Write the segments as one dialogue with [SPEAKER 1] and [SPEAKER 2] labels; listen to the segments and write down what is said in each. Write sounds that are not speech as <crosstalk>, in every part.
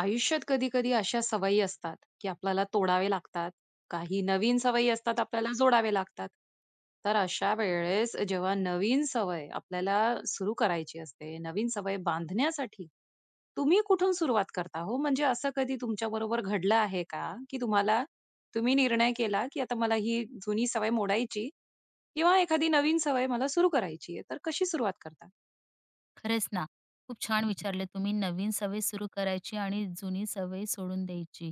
[SPEAKER 1] आयुष्यात कधी-कधी अशा सवयी असतात, की आपल्याला तोडावे लागतात. काही नवीन सवयी असतात, आपल्याला जोडावे लागतात. तर अशा वेळेस जेव्हा नवीन सवय आपल्याला सुरू करायची असते, नवीन सवय बांधण्यासाठी तुम्ही कुठून सुरुवात करता हो? म्हणजे असं कधी तुमच्याबरोबर घडलं आहे का, की तुम्हाला तुम्ही निर्णय केला, की आता मला ही जुनी सवय मोडायची किंवा एखादी नवीन सवय मला सुरू करायची आहे, तर कशी सुरुवात करता?
[SPEAKER 2] खरंच ना. खूप छान विचारले तुम्ही. नवीन सवय सुरू करायची आणि जुनी सवय सोडून द्यायची.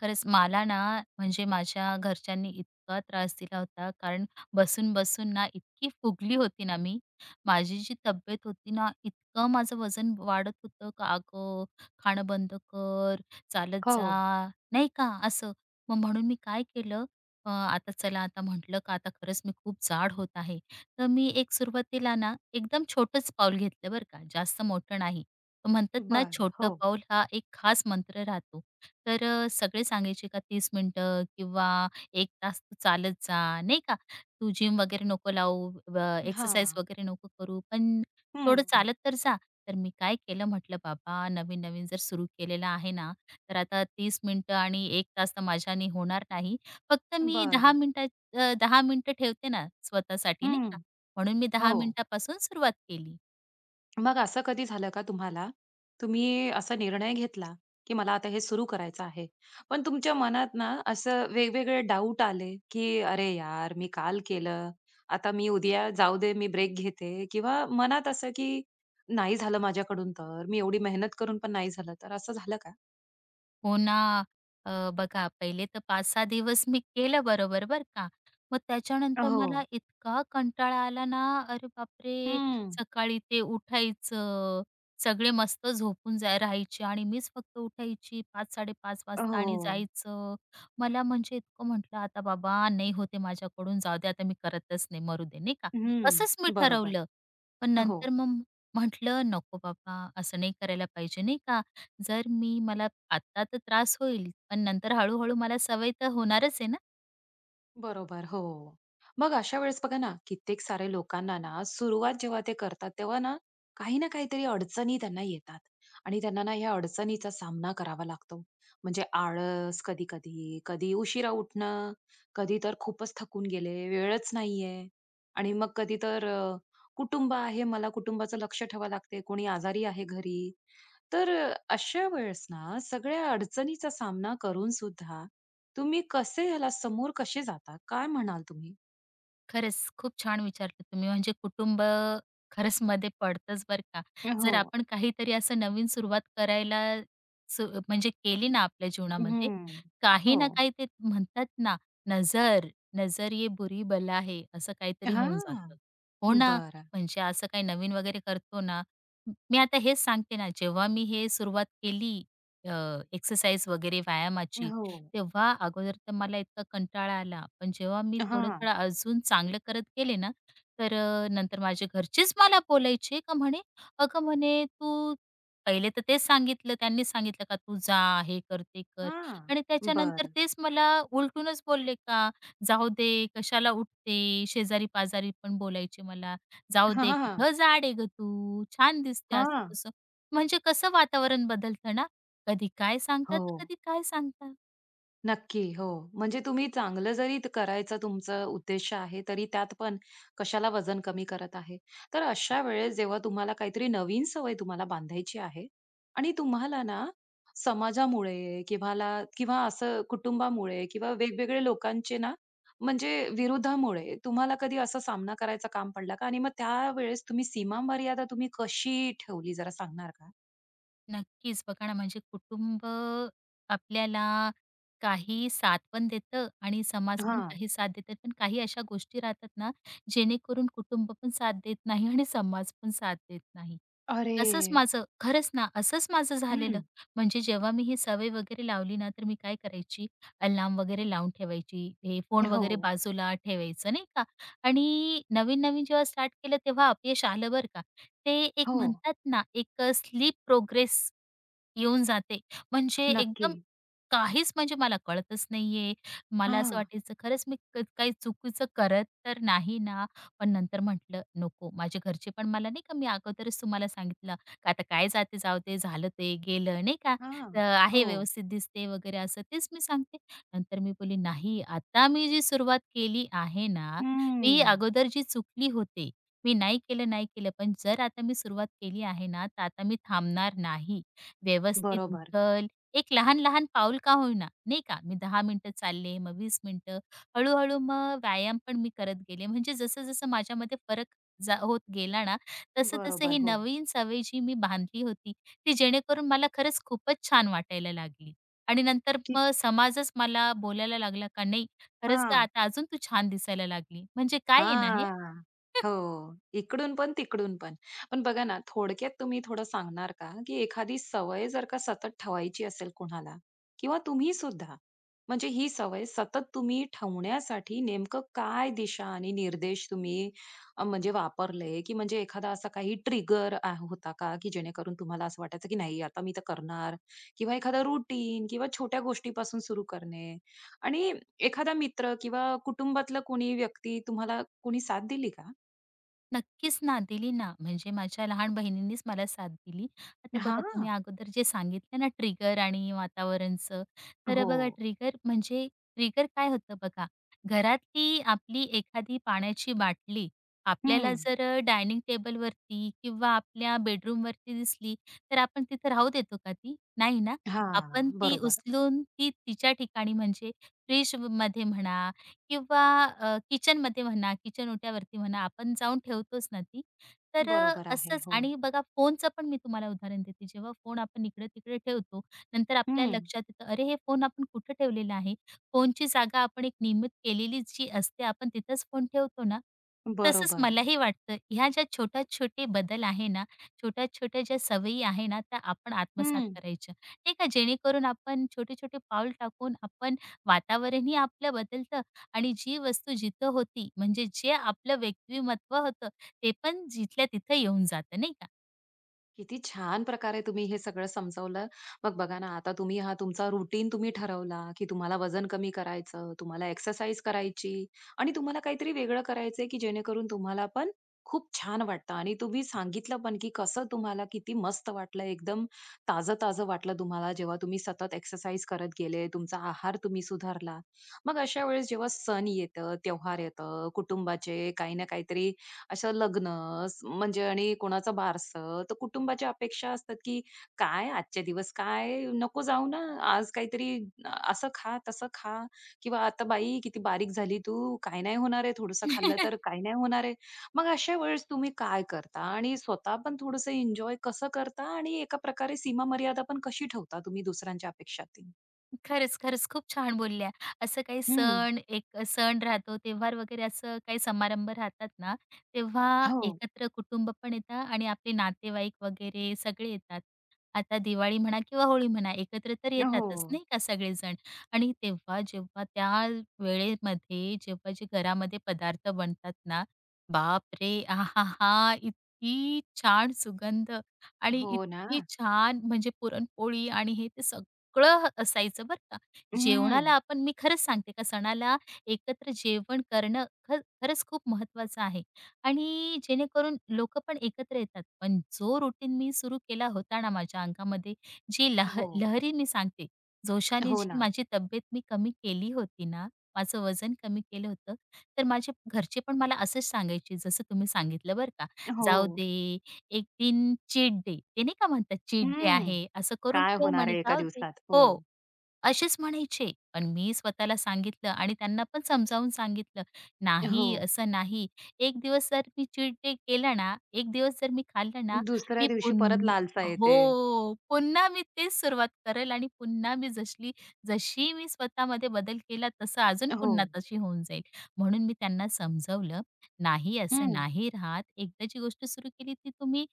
[SPEAKER 2] खरंच मला ना, म्हणजे माझ्या घरच्यांनी इतका त्रास दिला होता, कारण बसून-बसून ना इतकी फुगली होती ना मी. माझी जी तब्येत होती ना, इतकं माझं वजन वाढत होतं का, "अगं, खाणं बंद कर, चालत
[SPEAKER 1] हो.
[SPEAKER 2] जा." नाही का असं. मग म्हणून मी काय केलं, आता चला आता म्हटलं का आता खरंच मी खूप जाड होत आहे. तर मी एक सुरुवातीला ना एकदम छोटंच पाऊल घेतलं बरं का, जास्त मोठं नाही. म्हणतात ना
[SPEAKER 1] बरं.
[SPEAKER 2] छोटं
[SPEAKER 1] हो.
[SPEAKER 2] पाऊल हा एक खास मंत्र राहतो. तर सगळे सांगायचे का 30 मिनिटं किंवा 1 तास तू चालत जा, नाही का. तू जिम वगैरे नको लावू, एक्सरसाइज
[SPEAKER 1] हां.
[SPEAKER 2] वगैरे नको करू, पण थोडं
[SPEAKER 1] हं.
[SPEAKER 2] चालत तर जा. तर मी काय केलं म्हटलं बाबा नवीन-नवीन जर सुरू केलेलं आहे ना, तर आता 30 मिनिटं आणि 1 तास तर माझ्याने होणार नाही. फक्त मी 10
[SPEAKER 1] बरं.
[SPEAKER 2] मिनिटात 10 मिनिटं ठेवते ना स्वतःसाठी नाही
[SPEAKER 1] हं,
[SPEAKER 2] म्हणून मी 10
[SPEAKER 1] हो.
[SPEAKER 2] मिनिटापासून सुरुवात केली.
[SPEAKER 1] मग असं कधी झालं का तुम्हाला, तुम्ही असा निर्णय घेतला, की मला आता हे सुरू करायचं आहे. पण तुमच्या मनात ना असं वेगवेगळे डाउट आले, की "अरे यार, मी काल केलं, आता मी उद्या जाऊ दे, मी ब्रेक घेते" किंवा मनात असं, की "नाही झालं माझ्याकडून तर, मी एवढी मेहनत करून पण नाही झालं तर" असं झालं का?
[SPEAKER 2] हो ना. बघा पहिले तर 5-6 दिवस मी केलं बरोबर बर का. मग त्याच्यानंतर
[SPEAKER 1] हो.
[SPEAKER 2] मला इतका कंटाळा आला ना, अरे बापरे!
[SPEAKER 1] हं.
[SPEAKER 2] सकाळी ते उठायचं, सगळे मस्त झोपून जा राहायचे आणि मीच फक्त उठायची 5:00-5:30 वाजता
[SPEAKER 1] हो.
[SPEAKER 2] आणि जायचं. मला म्हणजे इतकं म्हटलं, "आता बाबा नाही होत माझ्याकडून, जाऊ दे आता मी करतच नाही, मरू दे." नाही का.
[SPEAKER 1] हं.
[SPEAKER 2] असंच मी
[SPEAKER 1] बरोबर.
[SPEAKER 2] ठरवलं. पण
[SPEAKER 1] हो.
[SPEAKER 2] नंतर मग म्हटलं, "नको बाबा, असं नाही करायला पाहिजे." नाही का. जर मी मला आत्ता तर त्रास होईल, पण नंतर हळू मला सवय तर होणारच आहे ना.
[SPEAKER 1] बरोबर, हो. मग अशा वेळेस बघा ना, कित्येक सारे लोकांना ना, सुरुवात जेव्हा ते करतात, तेव्हा ना, काही ना काहीतरी अडचणी त्यांना येतात आणि त्यांना ना, ह्या अडचणीचा सामना करावा लागतो. म्हणजे आळस कधी-कधी, कधी कधी उशिरा उठणं, कधी तर खूपच थकून गेले, वेळच नाहीये आणि मग कधी तर कुटुंब आहे, मला कुटुंबाचं लक्ष ठेवावं लागते, कोणी आजारी आहे घरी. तर अशा वेळेस ना, सगळ्या अडचणीचा सामना करून सुद्धा तुम्ही कसे ह्याला समोर कसे जाता? काय म्हणाल तुम्ही?
[SPEAKER 2] खरंच खूप छान विचारलं तुम्ही. म्हणजे कुटुंब खरंच मध्ये पडतंच बरं का. जर
[SPEAKER 1] हो.
[SPEAKER 2] आपण काहीतरी असं नवीन सुरुवात करायला म्हणजे केली ना आपल्या जीवनामध्ये,
[SPEAKER 1] हं.
[SPEAKER 2] काही ना
[SPEAKER 1] हो.
[SPEAKER 2] काही ते म्हणतात ना, नजर नजर ये बुरी बला है, असं काहीतरी होऊन
[SPEAKER 1] हां.
[SPEAKER 2] जातं. हो ना,
[SPEAKER 1] बर,
[SPEAKER 2] म्हणजे असं काही नवीन वगैरे करतो ना, मी आता हेच सांगते ना, जेव्हा मी हे सुरुवात केली एक्सरसाइज वगैरे व्यायामाची,
[SPEAKER 1] हो.
[SPEAKER 2] तेव्हा अगोदर तर मला इतका कंटाळा आला. पण जेव्हा मी
[SPEAKER 1] हां.
[SPEAKER 2] थोडं-थोडं अजून चांगलं करत गेले ना, तर नंतर माझे घरचेच मला बोलायचे का म्हणे, "अगं," म्हणे, "तू पहिले तर तेच सांगितलं, त्यांनी सांगितलं का तू जा, हे कर, ते कर."
[SPEAKER 1] हां.
[SPEAKER 2] आणि त्याच्यानंतर
[SPEAKER 1] बरं.
[SPEAKER 2] तेच मला उलटूनच बोलले का, "जाऊ दे, कशाला उठते?" शेजारी-पाजारी पण बोलायचे मला, "जाऊ
[SPEAKER 1] हां,
[SPEAKER 2] दे,
[SPEAKER 1] हां.
[SPEAKER 2] कुठं जाड आहे गं तू? छान दिसते."
[SPEAKER 1] हां.
[SPEAKER 2] असं-तसं. म्हणजे कसं वातावरण बदलतं ना, कधी काय सांगतात,
[SPEAKER 1] हो.
[SPEAKER 2] तर कधी काय सांगतात.
[SPEAKER 1] नक्की, हो. म्हणजे तुम्ही चांगलं जरी त करायचं तुमचं उद्देश आहे, तरी त्यात पण कशाला वजन कमी करत आहे. तर अशा वेळेस जेव्हा तुम्हाला काहीतरी नवीन सवय तुम्हाला बांधायची आहे आणि तुम्हाला ना समाजामुळे किंवाला किंवा असं कुटुंबामुळे किंवा वेगवेगळे लोकांचे ना म्हणजे विरोधामुळे तुम्हाला कधी असा सामना करायचा काम पडला का? आणि मग त्यावेळेस तुम्ही सीमा मर्यादा तुम्ही कशी ठेवली जरा सांगणार का?
[SPEAKER 2] नक्कीच. बघा ना, म्हणजे कुटुंब आपल्याला काही साथ पण देतं आणि समाज पण
[SPEAKER 1] हां.
[SPEAKER 2] काही साथ देतात. पण काही अशा गोष्टी राहतात ना, जेणेकरून कुटुंब पण साथ देत नाही आणि समाज पण साथ देत नाही.
[SPEAKER 1] अरे!
[SPEAKER 2] असंच माझं खरंच ना, असंच माझं झालेलं.
[SPEAKER 1] हं.
[SPEAKER 2] म्हणजे जेव्हा मी ही सवय वगैरे लावली ना, तर मी काय करायची, अलार्म वगैरे लावून ठेवायची. हे फोन
[SPEAKER 1] हो,
[SPEAKER 2] वगैरे बाजूला ठेवायचं, नाही का? आणि नवीन-नवीन जेव्हा स्टार्ट केलं, तेव्हा अपयश आलं बरं का. ते एक
[SPEAKER 1] हो.
[SPEAKER 2] म्हणतात ना, एक स्लीप प्रोग्रेस येऊन जाते. म्हणजे
[SPEAKER 1] नक्की.
[SPEAKER 2] एकदम काहीच म्हणजे मला कळतच नाहीये. मला असं
[SPEAKER 1] हां,
[SPEAKER 2] वाटायचं खरंच मी काही चुकीचं करत तर नाही ना? पण नंतर म्हटलं नको. माझे घरचे पण मला नाही का मी अगोदरच तुम्हाला सांगितलं, का आता काय जाते जाऊ दे, झालं ते गेलं नाही का?
[SPEAKER 1] हां.
[SPEAKER 2] तर
[SPEAKER 1] हो.
[SPEAKER 2] आहे व्यवस्थित दिसते वगैरे असं तेच मी सांगते. नंतर मी बोलली, "नाही, आता मी जी सुरुवात केली आहे ना, मी
[SPEAKER 1] हम्म.
[SPEAKER 2] अगोदर जी चुकली होते मी नाही केलं, नाही केलं. पण जर आता मी सुरुवात केली आहे ना, तर आता मी थांबणार नाही. व्यवस्थित
[SPEAKER 1] बरोबर,
[SPEAKER 2] उठल, एक लहान-लहान पाऊल का होईना, नाही का? मी दहा मिनिटं चालले, मग 20 मिनिटं. हळू-हळू मग व्यायाम पण मी करत गेले. म्हणजे जसं-जसं माझ्यामध्ये फरक होत गेला ना, तसं-तसं
[SPEAKER 1] बरोबर.
[SPEAKER 2] ही
[SPEAKER 1] हो.
[SPEAKER 2] नवीन सवय जी मी बांधली होती, ती जेणेकरून मला खरंच खूपच छान वाटायला लागली. आणि नंतर
[SPEAKER 1] की
[SPEAKER 2] मग समाजच मला बोलायला लागला का, "नाही, खरंच का
[SPEAKER 1] हां.
[SPEAKER 2] आता अजून तू छान दिसायला लागली." म्हणजे काय आहे ना हे?
[SPEAKER 1] हां. हो. इकडून पण, तिकडून पण. पण बघा ना, थोडक्यात तुम्ही थोडं सांगणार का, की एखादी सवय जर का सतत ठेवायची असेल कुणाला किंवा तुम्ही सुद्धा, म्हणजे ही सवय सतत तुम्ही ठेवण्यासाठी नेमकं काय दिशा आणि निर्देश तुम्ही म्हणजे वापरले, की म्हणजे एखादा असा काही ट्रिगर होता का, की जेणेकरून तुम्हाला असं वाटायचं, की नाही आता मी तर करणार किंवा एखादा रुटीन किंवा छोट्या गोष्टीपासून सुरू करणे आणि एखादा मित्र किंवा कुटुंबातलं कोणी व्यक्ती तुम्हाला कोणी साथ दिली का?
[SPEAKER 2] नक्कीच ना, दिली ना. म्हणजे माझ्या लहान बहिणींनीच मला साथ दिली. आता बघा
[SPEAKER 1] हां.
[SPEAKER 2] तुम्ही अगोदर जे सांगितलं ना ट्रिगर आणि वातावरणचं, तर
[SPEAKER 1] हो.
[SPEAKER 2] बघा ट्रिगर म्हणजे ट्रिगर काय होतं बघा, घरातली आपली एखादी पाण्याची बाटली आपल्याला
[SPEAKER 1] हं.
[SPEAKER 2] जर डायनिंग टेबलवरती किंवा आपल्या बेडरूमवरती दिसली, तर आपण तिथं राहू देतो का ती? नाही ना.
[SPEAKER 1] हां.
[SPEAKER 2] आपण ती
[SPEAKER 1] बरोबर.
[SPEAKER 2] उचलून ती तिच्या ठिकाणी म्हणजे फ्रिजमध्ये म्हणा किंवा किचनमध्ये म्हणा, किचन ओट्यावरती म्हणा, आपण जाऊन ठेवतोच ना ती. तर
[SPEAKER 1] बरोबर आहे.
[SPEAKER 2] असंच
[SPEAKER 1] हो.
[SPEAKER 2] आणि बघा फोनचं पण मी तुम्हाला उदाहरण देते. जेव्हा फोन आपण इकडे-तिकडे ठेवतो, नंतर आपल्या
[SPEAKER 1] हं.
[SPEAKER 2] लक्षात येतं, "अरे, हे फोन आपण कुठे ठेवलेला आहे?" फोनची जागा आपण एक नियमित केलेली जी असते, आपण तिथेच फोन ठेवतो ना. तसंच
[SPEAKER 1] बरोबर.
[SPEAKER 2] मलाही वाटतं, ह्या ज्या छोट्या-छोटे बदल आहे ना, छोट्या-छोट्या ज्या सवयी आहे ना, त्या आपण आत्मसात
[SPEAKER 1] हं.
[SPEAKER 2] करायच्या, नाही का? जेणेकरून आपण छोटे-छोटे पाऊल टाकून आपण वातावरणही आपलं बदलतं आणि जी वस्तू जिथं होती, म्हणजे जे आपलं व्यक्तिमत्व होतं, ते पण जिथल्या तिथं येऊन जातं, नाही का?
[SPEAKER 1] किती छान प्रकारे तुम्ही हे सगळं समजावलं. मग बघा ना, आता तुम्ही हा तुमचा रुटीन तुम्ही ठरवला, की तुम्हाला वजन कमी करायचं, तुम्हाला एक्सरसाइज करायची आणि तुम्हाला काहीतरी वेगळं करायचंय, की जेणेकरून तुम्हाला पण खूप छान वाटतं आणि तुम्ही सांगितलं पण, की कसं तुम्हाला किती मस्त वाटलं, एकदम ताजं-ताजं वाटलं तुम्हाला जेव्हा तुम्ही सतत एक्सरसाइज करत गेले, तुमचा आहार तुम्ही सुधारला. मग अशा वेळेस जेव्हा सण येतं, त्योहार येतं, कुटुंबाचे काही ना काहीतरी असं लग्न स- म्हणजे आणि कोणाचं बारसं तर कुटुंबाच्या अपेक्षा असतात की काय आजचे दिवस काय नको जाऊ ना आज काहीतरी अ- असं खा तसं खा किंवा आता बाई किती बारीक झाली तू काय नाही होणार आहे थोडंसं खाल्लं तर
[SPEAKER 2] <laughs>
[SPEAKER 1] काय नाही होणार आहे मग अशा वेळेस तुम्ही काय करता आणि स्वतः पण थोडंसं एन्जॉय कसं करता आणि एका प्रकारे सीमा मर्यादा पण कशी ठेवता तुम्ही दुसऱ्यांच्या अपेक्षातील.
[SPEAKER 2] खरंच, खरंच खूप छान बोलल्या. असं काही
[SPEAKER 1] हम्म.
[SPEAKER 2] सण, एक सण राहतो, त्योहार वगैरे असं काही समारंभ राहतात ना, तेव्हा
[SPEAKER 1] हो.
[SPEAKER 2] एकत्र कुटुंब पण येतं आणि आपले नातेवाईक वगैरे सगळे येतात. आता दिवाळी म्हणा किंवा होळी म्हणा, एकत्र तर
[SPEAKER 1] हो.
[SPEAKER 2] येतातच नाही का सगळेजण आणि तेव्हा जेव्हा त्या वेळेमध्ये जेव्हा जे घरामध्ये पदार्थ बनतात ना, बापरे! आहाहा! इतकी छान सुगंध आणि
[SPEAKER 1] हो ना.
[SPEAKER 2] इतकी छान म्हणजे पुरणपोळी आणि हे ते सगळं असायचं बरं का.
[SPEAKER 1] हम्म.
[SPEAKER 2] जेवणाला आपण मी खरंच सांगते का सणाला एकत्र जेवण करणं खरंच खूप महत्वाचं आहे आणि जेणेकरून लोक पण एकत्र येतात. पण जो रूटीन मी सुरू केला होता ना माझ्या अंगामध्ये, जी
[SPEAKER 1] हो.
[SPEAKER 2] लहरी मी सांगते, जोशाने
[SPEAKER 1] हो
[SPEAKER 2] जी
[SPEAKER 1] ना.
[SPEAKER 2] माझी तब्येत मी कमी केली होती ना, माझं वजन कमी केलं होतं, तर माझे घरचे पण मला असंच सांगायचे जसं तुम्ही सांगितलं बरं का. "जाऊ
[SPEAKER 1] हो.
[SPEAKER 2] दे, एक दिन चीट डे" ते नाही का म्हणतात चीट डे आहे, "असं करून
[SPEAKER 1] काय
[SPEAKER 2] ठेव"
[SPEAKER 1] होणार
[SPEAKER 2] म्हणे,
[SPEAKER 1] आहे एका
[SPEAKER 2] "जाऊ दे."
[SPEAKER 1] दिवसात? हो.
[SPEAKER 2] हो, असेच म्हणायचे. पण मी स्वतःला सांगितलं आणि त्यांना पण समजावून सांगितलं,
[SPEAKER 1] हो.
[SPEAKER 2] "नाही, असं नाही." एक दिवस जर मी चीट डे केला ना, एक दिवस जर मी खाल्लं ना,
[SPEAKER 1] दुसऱ्या
[SPEAKER 2] मी
[SPEAKER 1] दिवशी परत
[SPEAKER 2] पुन
[SPEAKER 1] लालसा
[SPEAKER 2] हो,
[SPEAKER 1] येते.
[SPEAKER 2] पुन्हा मी तेच सुरुवात करेल आणि पुन्हा मी जशी मी स्वतःमध्ये बदल केला तसं अजून
[SPEAKER 1] हो.
[SPEAKER 2] पुन्हा तशी होऊन जाईल. म्हणून मी त्यांना समजावलं, "नाही, असं
[SPEAKER 1] हं.
[SPEAKER 2] नाही राहत. एकदा जी गोष्ट सुरू केली ती तुम्ही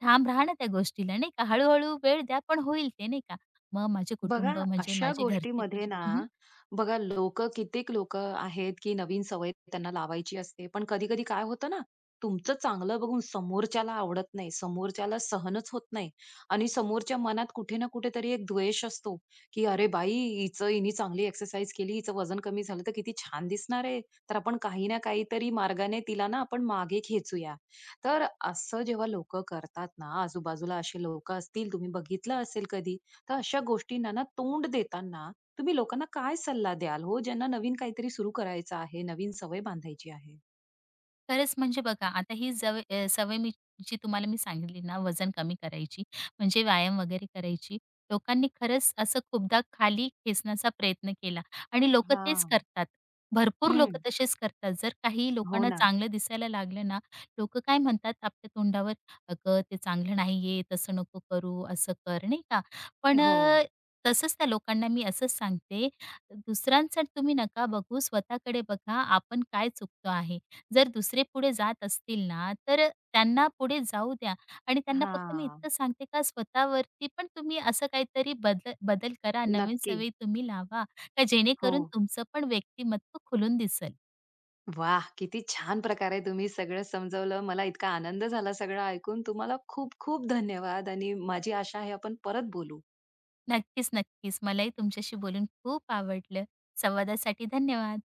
[SPEAKER 2] ठाम राहा ना त्या गोष्टीला, नाही का? हळू वेळ द्या, पण होईल ते, नाही का?" मग माझे
[SPEAKER 1] बघा,
[SPEAKER 2] कुटुंब म्हणजे
[SPEAKER 1] अशा
[SPEAKER 2] माझे घरचे पण
[SPEAKER 1] गोष्टीमध्ये ना,
[SPEAKER 2] हं.
[SPEAKER 1] बघा लोक कित्येक लोक आहेत, की नवीन सवय त्यांना लावायची असते. पण कधी-कधी काय होतं ना, तुमचं चांगलं बघून समोरच्याला आवडत नाही, समोरच्याला सहनच होत नाही आणि समोरच्या मनात कुठे ना कुठेतरी एक द्वेष असतो, की "अरे बाई, हिचं हिने चांगली एक्सरसाइज केली, हिचं वजन कमी झालं तर किती छान दिसणार आहे. तर आपण काही ना काहीतरी मार्गाने तिला ना आपण मागे खेचूया." तर असं जेव्हा लोकं करतात ना, आजूबाजूला असे लोकं असतील, तुम्ही बघितलं असेल कधी, तर अशा गोष्टींना ना तोंड देताना तुम्ही लोकांना काय सल्ला द्याल हो, ज्यांना नवीन काहीतरी सुरू करायचं आहे, नवीन सवय बांधायची आहे?
[SPEAKER 2] खरंच म्हणजे बघा आता ही सवय मी जी तुम्हाला मी सांगितली ना वजन कमी करायची, म्हणजे व्यायाम वगैरे करायची. लोकांनी खरंच असं खूपदा खाली खेचण्याचा प्रयत्न केला आणि लोकं तेच
[SPEAKER 1] हां.
[SPEAKER 2] करतात. भरपूर लोकं
[SPEAKER 1] हं.
[SPEAKER 2] तसेच करतात. जर काही
[SPEAKER 1] हो
[SPEAKER 2] लोकांना
[SPEAKER 1] ना.
[SPEAKER 2] चांगलं दिसायला लागलं ना, लोकं काय म्हणतात आपल्या तोंडावर, "अगं, ते चांगलं नाहीये, तसं नको करू, असं कर." नाही का? पण अ,
[SPEAKER 1] हो.
[SPEAKER 2] तसंच त्या लोकांना मी असंच सांगते, दुसऱ्यांचं तुम्ही नका बघू, स्वतःकडे बघा आपण काय चुकतो आहे. जर दुसरे पुढे जात असतील ना, तर त्यांना पुढे जाऊ द्या आणि त्यांना फक्त मी
[SPEAKER 1] हां.
[SPEAKER 2] इतकं सांगते का स्वतःवरती पण तुम्ही असं काहीतरी बदल बदल करा, नवीन
[SPEAKER 1] नक्की.
[SPEAKER 2] सवयी तुम्ही लावा, का
[SPEAKER 1] हो.
[SPEAKER 2] जेणेकरून तुमचं पण व्यक्तिमत्व खुलून दिसेल.
[SPEAKER 1] वाह! किती छान प्रकारे तुम्ही सगळं समजवलं. मला इतका आनंद झाला सगळं ऐकून. तुम्हाला खूप खूप धन्यवाद आणि माझी आशा आहे आपण परत बोलू.
[SPEAKER 2] नक्कीच, नक्कीच. मलाही तुमच्याशी बोलून खूप आवडलं. संवादासाठी धन्यवाद.